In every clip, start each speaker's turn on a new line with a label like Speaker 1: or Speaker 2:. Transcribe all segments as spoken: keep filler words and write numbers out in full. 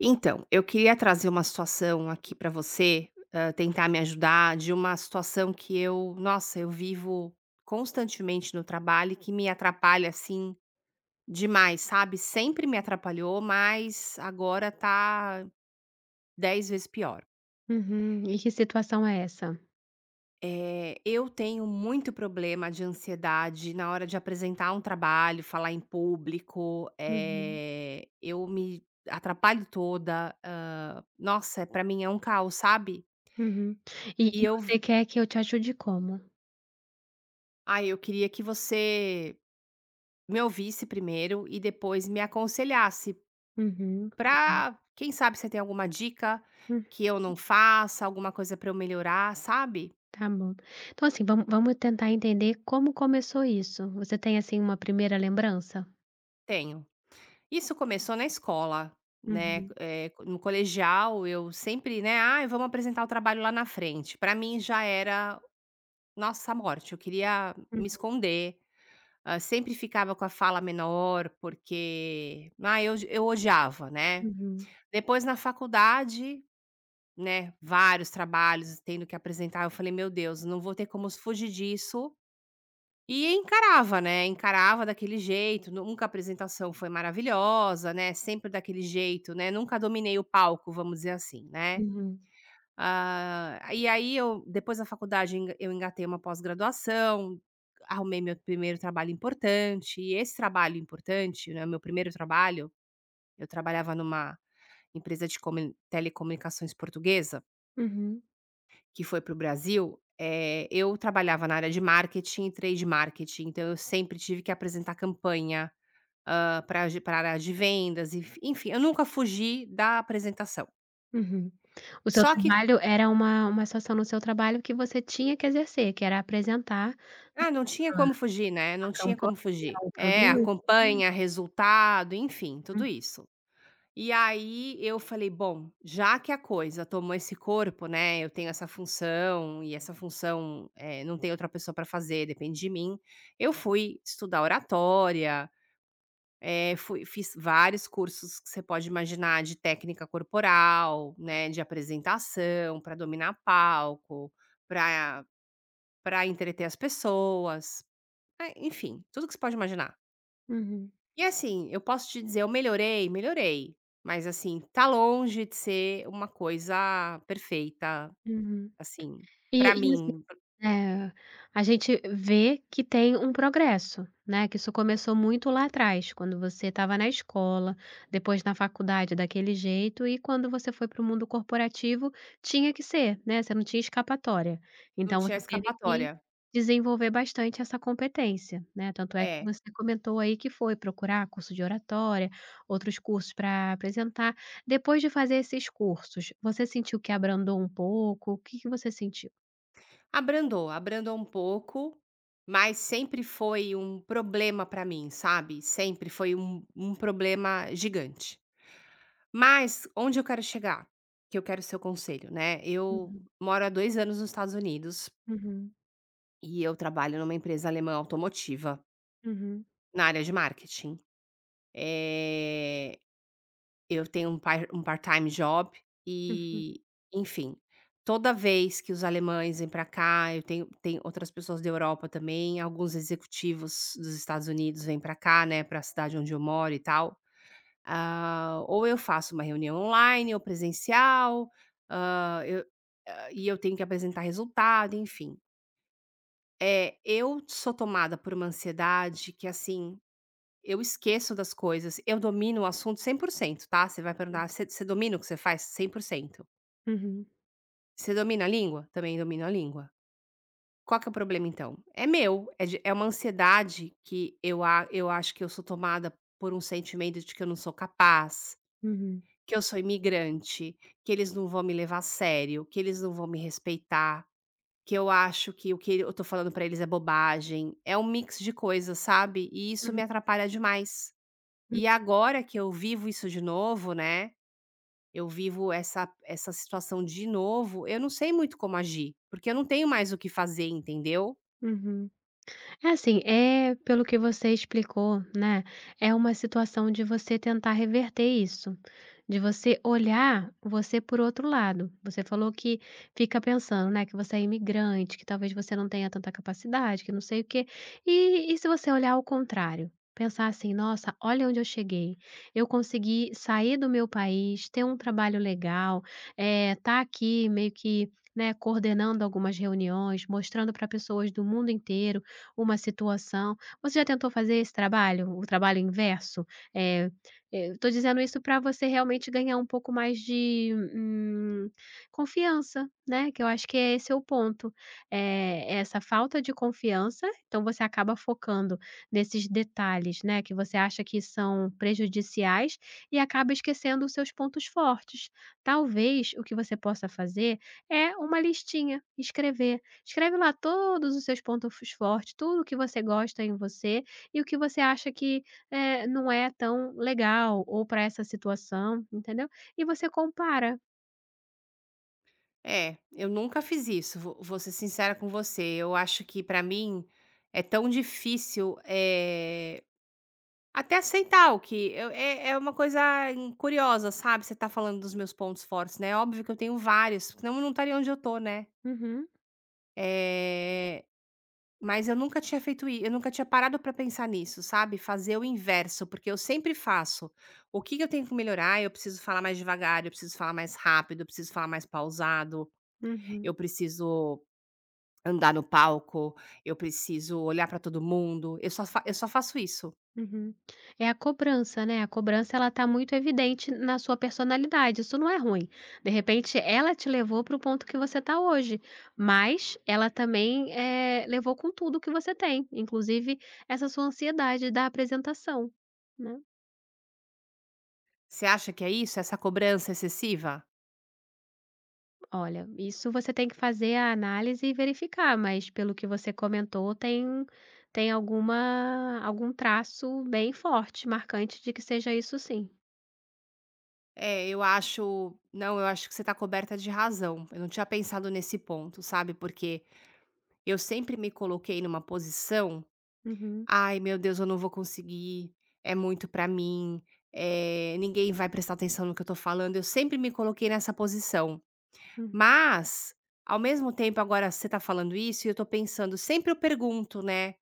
Speaker 1: Então, eu queria trazer uma situação aqui para você, hã, tentar me ajudar de uma situação que eu nossa, eu vivo constantemente no trabalho e que me atrapalha, assim, demais, sabe. Sempre me atrapalhou, mas agora tá dez vezes pior.
Speaker 2: Uhum. E que situação é essa?
Speaker 1: Eh, eu tenho muito problema de ansiedade na hora de apresentar um trabalho, falar em público,
Speaker 2: Uhum,
Speaker 1: eh, eu me atrapalho toda, hã, nossa, para mim é um caos, sabe.
Speaker 2: uhum. E
Speaker 1: E
Speaker 2: e
Speaker 1: eu
Speaker 2: você quer que eu te ajude como?
Speaker 1: Ai, eu queria que você me ouvisse primeiro e depois me aconselhasse
Speaker 2: Uhum, tá bom.
Speaker 1: pra, quem sabe, você tem alguma dica
Speaker 2: Hum,
Speaker 1: que eu não faça, alguma coisa pra eu melhorar, sabe?
Speaker 2: tá bom. Então, assim, vamos vamos tentar entender como começou isso. Você tem, assim, uma primeira lembrança?
Speaker 1: Tenho. Isso começou na escola, né,
Speaker 2: Uhum,
Speaker 1: eh, no colegial eu sempre, né: "Ah, vamos apresentar o trabalho lá na frente". Pra mim já era, nossa, a morte, eu queria me
Speaker 2: uhum,
Speaker 1: esconder, hã, sempre ficava com a fala menor porque, ah, eu eu odiava, né.
Speaker 2: uhum,
Speaker 1: Depois na faculdade, né, vários trabalhos tendo que apresentar, eu falei: "Meu Deus, não vou ter como fugir disso", e encarava, né, encarava daquele jeito, nunca a apresentação foi maravilhosa, né, sempre daquele jeito, né, nunca dominei o palco, vamos dizer assim, né.
Speaker 2: uhum,
Speaker 1: Ah, e aí eu depois da faculdade eu eu engatei uma pós-graduação, arrumei meu primeiro trabalho importante, e esse trabalho importante, né, meu primeiro trabalho, eu trabalhava numa empresa de comu telecomunicações portuguesa
Speaker 2: uhum,
Speaker 1: que foi para o Brasil. Eh, eu trabalhava na área de marketing e trade marketing, então eu sempre tive que apresentar campanha, para ge para área de vendas, enf enfim, eu nunca fugi da apresentação.
Speaker 2: uhum. O seu
Speaker 1: Só que
Speaker 2: trabalho era uma uma situação no seu trabalho que você tinha que exercer, que era apresentar, né,
Speaker 1: ah, não tinha como
Speaker 2: a
Speaker 1: fugir, né,
Speaker 2: a
Speaker 1: não tinha
Speaker 2: campanha,
Speaker 1: como fugir.
Speaker 2: o
Speaker 1: É, a
Speaker 2: produto, né.
Speaker 1: campanha, resultado, enfim, tudo
Speaker 2: Uhum,
Speaker 1: isso. E aí eu falei: "Bom, já que a coisa tomou esse corpo, né, eu tenho essa função e essa função, eh, não tem outra pessoa para fazer, depende de mim", eu fui estudar oratória, eh, fui fiz vários cursos que você pode imaginar de técnica corporal, né, de apresentação, para dominar palco, para para entreter as pessoas, eh, enfim, tudo que você pode imaginar.
Speaker 2: uhum,
Speaker 1: E assim, eu posso te dizer, eu melhorei, melhorei, mas assim, tá longe de ser uma coisa perfeita,
Speaker 2: uhum.
Speaker 1: assim, pra
Speaker 2: E e
Speaker 1: mim,
Speaker 2: É, a gente vê que tem um progresso, né, que isso começou muito lá atrás, quando você estava na escola, depois na faculdade daquele jeito e quando você foi para o mundo corporativo tinha que ser, né, você não tinha escapatória.
Speaker 1: não
Speaker 2: Então
Speaker 1: tinha
Speaker 2: você teve que
Speaker 1: escapatória.
Speaker 2: desenvolver bastante essa competência, né, tanto é que
Speaker 1: É,
Speaker 2: você comentou aí que foi procurar curso de oratória, outros cursos para apresentar. Depois de fazer esses cursos, você sentiu que abrandou um pouco? O que que você sentiu?
Speaker 1: abrandou, abrandou um pouco, mas sempre foi um problema pra mim, sabe, sempre foi um um problema gigante. Mas onde eu quero chegar? Que eu quero seu conselho, né, eu
Speaker 2: Uhum.
Speaker 1: moro há dois anos nos Estados Unidos
Speaker 2: Uhum,
Speaker 1: e eu trabalho numa empresa alemã automotiva,
Speaker 2: uhum,
Speaker 1: na área de marketing. Eh, eu tenho um par um part-time job
Speaker 2: uhum,
Speaker 1: e, enfim, toda vez que os alemães vêm para cá, eu tenho tem outras pessoas da Europa também, alguns executivos dos Estados Unidos vêm para cá, né, para a cidade onde eu moro e tal. Ah, ou eu faço uma reunião online ou presencial. Ah, eu hã, e eu tenho que apresentar resultado, enfim. É, eu sou tomada por uma ansiedade que, assim, eu esqueço das coisas, eu domino o assunto cem por cento, tá. Você vai perguntar: "Você você domina o que você faz?" cem por cento.
Speaker 2: uhum,
Speaker 1: "Você domina a língua?" Também domino a língua. Qual que é o problema então? É meu, é de é uma ansiedade que eu a eu acho que eu sou tomada por um sentimento de que eu não sou capaz,
Speaker 2: uhum,
Speaker 1: que eu sou imigrante, que eles não vão me levar a sério, que eles não vão me respeitar, que eu acho que o que eu tô falando pra eles é bobagem. É um mix de coisas, sabe, e isso
Speaker 2: uhum,
Speaker 1: me atrapalha demais.
Speaker 2: uhum.
Speaker 1: E agora que eu vivo isso de novo, né, eu vivo essa essa situação de novo, eu não sei muito como agir, porque eu não tenho mais o que fazer, entendeu.
Speaker 2: Uhum. É, assim, é pelo que você explicou, né, é uma situação de você tentar reverter isso, de você olhar você por outro lado. Você falou que fica pensando, né, que você é imigrante, que talvez você não tenha tanta capacidade, que não sei o quê. E e se você olhar ao contrário? Pensar assim: "Nossa, olha onde eu cheguei. Eu consegui sair do meu país, ter um trabalho legal, eh, tá aqui meio que, né, coordenando algumas reuniões, mostrando para pessoas do mundo inteiro uma situação. Você já tentou fazer esse trabalho, o trabalho inverso? Eh, eh, eu tô dizendo isso para você realmente ganhar um pouco mais de, hum, confiança, né, que eu acho que é esse é o ponto. Eh, essa falta de confiança, então você acaba focando nesses detalhes, né, que você acha que são prejudiciais e acaba esquecendo os seus pontos fortes. Talvez o que você possa fazer é uma listinha, escrever. Escreve lá todos os seus pontos fortes, tudo o que você gosta em você e o que você acha que, eh, não é tão legal ou para essa situação, entendeu? E você compara.
Speaker 1: É, eu nunca fiz isso, vou vou ser sincera com você, eu acho que pra mim é tão difícil, eh, até aceitar o que eu é é uma coisa hum, curiosa, sabe, você tá falando dos meus pontos fortes, né, é óbvio que eu tenho vários, senão eu não estaria onde eu tô, né.
Speaker 2: Uhum,
Speaker 1: É. Mas eu nunca tinha feito isso, eu nunca tinha parado para pensar nisso, sabe, fazer o inverso, porque eu sempre faço, o que que eu tenho que melhorar? Eu preciso falar mais devagar, eu preciso falar mais rápido, eu preciso falar mais pausado,
Speaker 2: uhum,
Speaker 1: eu preciso andar no palco, eu preciso olhar para todo mundo, eu só fa eu só faço isso.
Speaker 2: uhum. É a cobrança, né, a cobrança ela tá muito evidente na sua personalidade, isso não é ruim. De repente ela te levou para o ponto que você tá hoje, mas ela também, eh, levou com tudo que você tem, inclusive essa sua ansiedade da apresentação, né.
Speaker 1: Você acha que é isso, essa cobrança excessiva?
Speaker 2: Olha, isso você tem que fazer a análise e verificar, mas pelo que você comentou, tem tem alguma algum traço bem forte, marcante de que seja isso sim.
Speaker 1: É, eu acho, não, eu acho que você tá coberta de razão, eu não tinha pensado nesse ponto, sabe, porque eu sempre me coloquei numa posição:
Speaker 2: Uhum,
Speaker 1: "Ai, meu Deus, eu não vou conseguir, é muito pra mim, eh, ninguém vai prestar atenção no que eu tô falando". Eu sempre me coloquei nessa posição.
Speaker 2: uhum,
Speaker 1: Mas, ao mesmo tempo, agora você tá falando isso e eu tô pensando, sempre eu pergunto, né,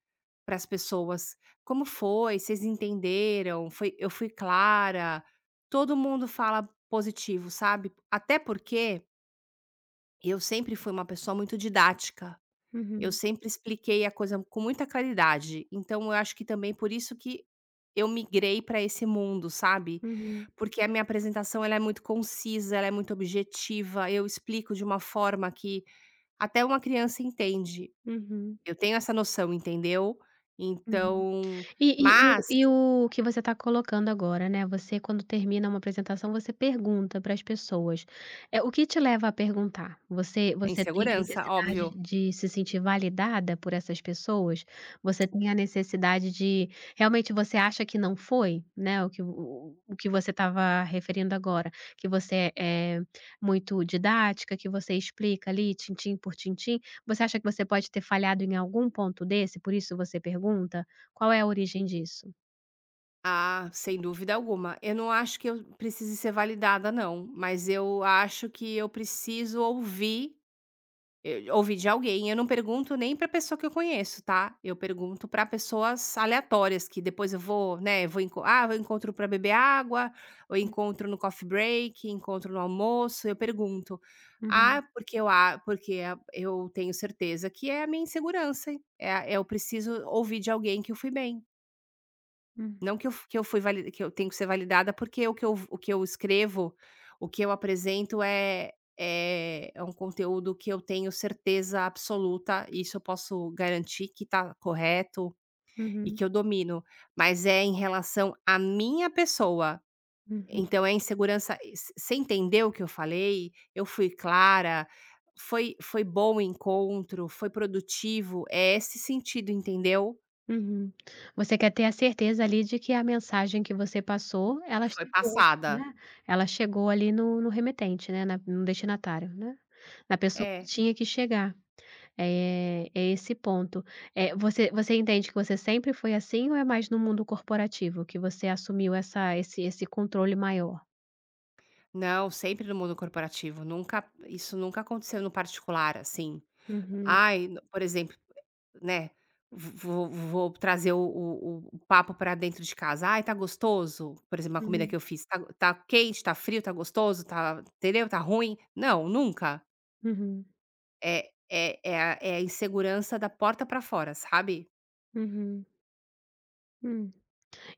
Speaker 1: para as pessoas: "Como foi? Vocês entenderam? Foi Eu fui clara?". Todo mundo fala positivo, sabe? Até porque eu sempre fui uma pessoa muito didática. Eu
Speaker 2: uhum,
Speaker 1: sempre expliquei a coisa com muita claridade, então eu acho que também por isso que eu migrei para esse mundo, sabe.
Speaker 2: uhum,
Speaker 1: Porque a minha apresentação, ela é muito concisa, ela é muito objetiva, eu explico de uma forma que até uma criança entende.
Speaker 2: uhum,
Speaker 1: Eu tenho essa noção, entendeu.
Speaker 2: uhum.
Speaker 1: Então,
Speaker 2: E e e o
Speaker 1: mas
Speaker 2: e o que você está colocando agora, né, você quando termina uma apresentação, você pergunta para as pessoas. É o que te leva a perguntar? Você
Speaker 1: em
Speaker 2: você tem a
Speaker 1: segurança,
Speaker 2: necessidade
Speaker 1: óbvio.
Speaker 2: de se sentir validada por essas pessoas? Você tem a necessidade de realmente você acha que não foi, né, o que o o que você estava referindo agora, que você é muito didática, que você explica ali, tintim por tintim. Você acha que você pode ter falhado em algum ponto desse, por isso você pergunta? Qual é a origem disso?
Speaker 1: Ah, sem dúvida alguma. Eu não acho que eu precise ser validada, não, mas eu acho que eu preciso ouvir. Eu ouvi de alguém, eu não pergunto nem pra pessoa que eu conheço, tá. Eu pergunto pra pessoas aleatórias que depois eu vou, né, vou enco ah, eu encontro pra beber água, ou
Speaker 2: Hum,
Speaker 1: encontro no coffee break, encontro no almoço, eu pergunto.
Speaker 2: uhum,
Speaker 1: Ah, porque eu a porque a, eu tenho certeza que é a minha insegurança, hein? É a Eu preciso ouvir de alguém que eu fui bem.
Speaker 2: hum,
Speaker 1: Não que eu f que eu fui vali que eu tenho que ser validada, porque o que eu o que eu escrevo, o que eu apresento é é é um conteúdo que eu tenho certeza absoluta, e isso eu posso garantir que tá correto e
Speaker 2: uhum,
Speaker 1: que eu domino, mas é em relação à minha pessoa.
Speaker 2: uhum,
Speaker 1: Então é insegurança e você você entendeu o que eu falei? Eu fui clara? Foi foi bom o encontro? Foi produtivo? É esse sentido, entendeu?
Speaker 2: uhum. Você quer ter a certeza ali de que a mensagem que você passou, ela
Speaker 1: Foi
Speaker 2: chegou,
Speaker 1: passada.
Speaker 2: né, ela chegou ali no no remetente, né, na no destinatário, né, na pessoa que
Speaker 1: É.
Speaker 2: tinha que chegar. Eh, é esse ponto. Eh, você você entende que você sempre foi assim ou é mais no mundo corporativo que você assumiu essa esse esse controle maior?
Speaker 1: Não, sempre no mundo corporativo, nunca isso nunca aconteceu no particular, assim.
Speaker 2: Uhum,
Speaker 1: Ai, no- por exemplo, né, vou vou trazer o o o papo para dentro de casa: "Ai, tá gostoso?", por exemplo, uma comida
Speaker 2: uhum,
Speaker 1: que eu fiz: "Tá tá quente, tá frio, tá gostoso, tá, entendeu, tá ruim?". Não, nunca.
Speaker 2: uhum,
Speaker 1: É é é a é a insegurança da porta para fora, sabe?
Speaker 2: uhum, hum.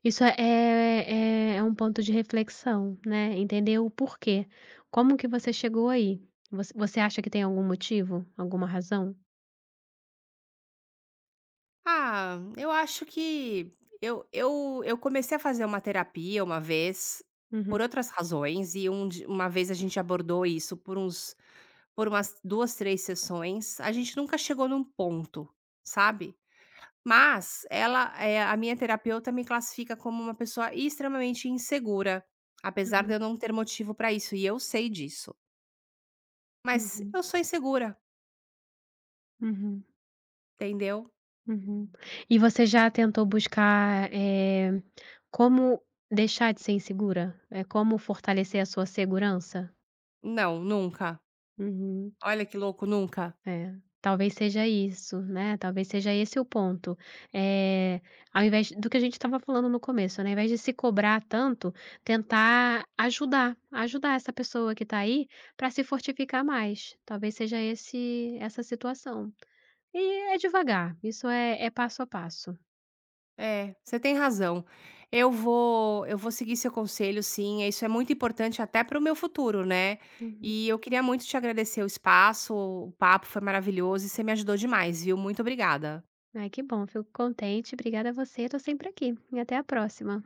Speaker 2: Isso é é é um ponto de reflexão, né, entender o porquê. Como que você chegou aí? Você você acha que tem algum motivo? Alguma razão?
Speaker 1: Ah, eu acho que eu eu eu comecei a fazer uma terapia uma vez,
Speaker 2: Uhum.
Speaker 1: por outras razões, e um di uma vez a gente abordou isso por uns, por umas duas três sessões, a gente nunca chegou num ponto, sabe. Mas ela, eh, a minha terapeuta me classifica como uma pessoa extremamente insegura, apesar de
Speaker 2: Uhum,
Speaker 1: eu não ter motivo pra isso, e eu sei disso. Mas
Speaker 2: uhum,
Speaker 1: eu sou insegura,
Speaker 2: uhum,
Speaker 1: entendeu.
Speaker 2: uhum. E você já tentou buscar, eh, como deixar de ser insegura? É como fortalecer a sua segurança?
Speaker 1: Não, nunca.
Speaker 2: Uhum.
Speaker 1: Olha que louco, nunca.
Speaker 2: É, talvez seja isso, né, talvez seja esse o ponto. Eh, Ao invés do que a gente estava falando no começo, né, ao invés de se cobrar tanto, tentar ajudar, ajudar essa pessoa que está aí para se fortificar mais. Talvez seja esse essa situação. E é devagar, isso é é passo a passo.
Speaker 1: É, você tem razão. Eu vou eu vou seguir seu conselho, sim, isso é muito importante até para o meu futuro, né.
Speaker 2: Uhum.
Speaker 1: E eu queria muito te agradecer o espaço, o papo foi maravilhoso e você me ajudou demais, viu. Muito obrigada.
Speaker 2: Ai, que bom, fico contente. Obrigada a você, estou sempre aqui. E até a próxima.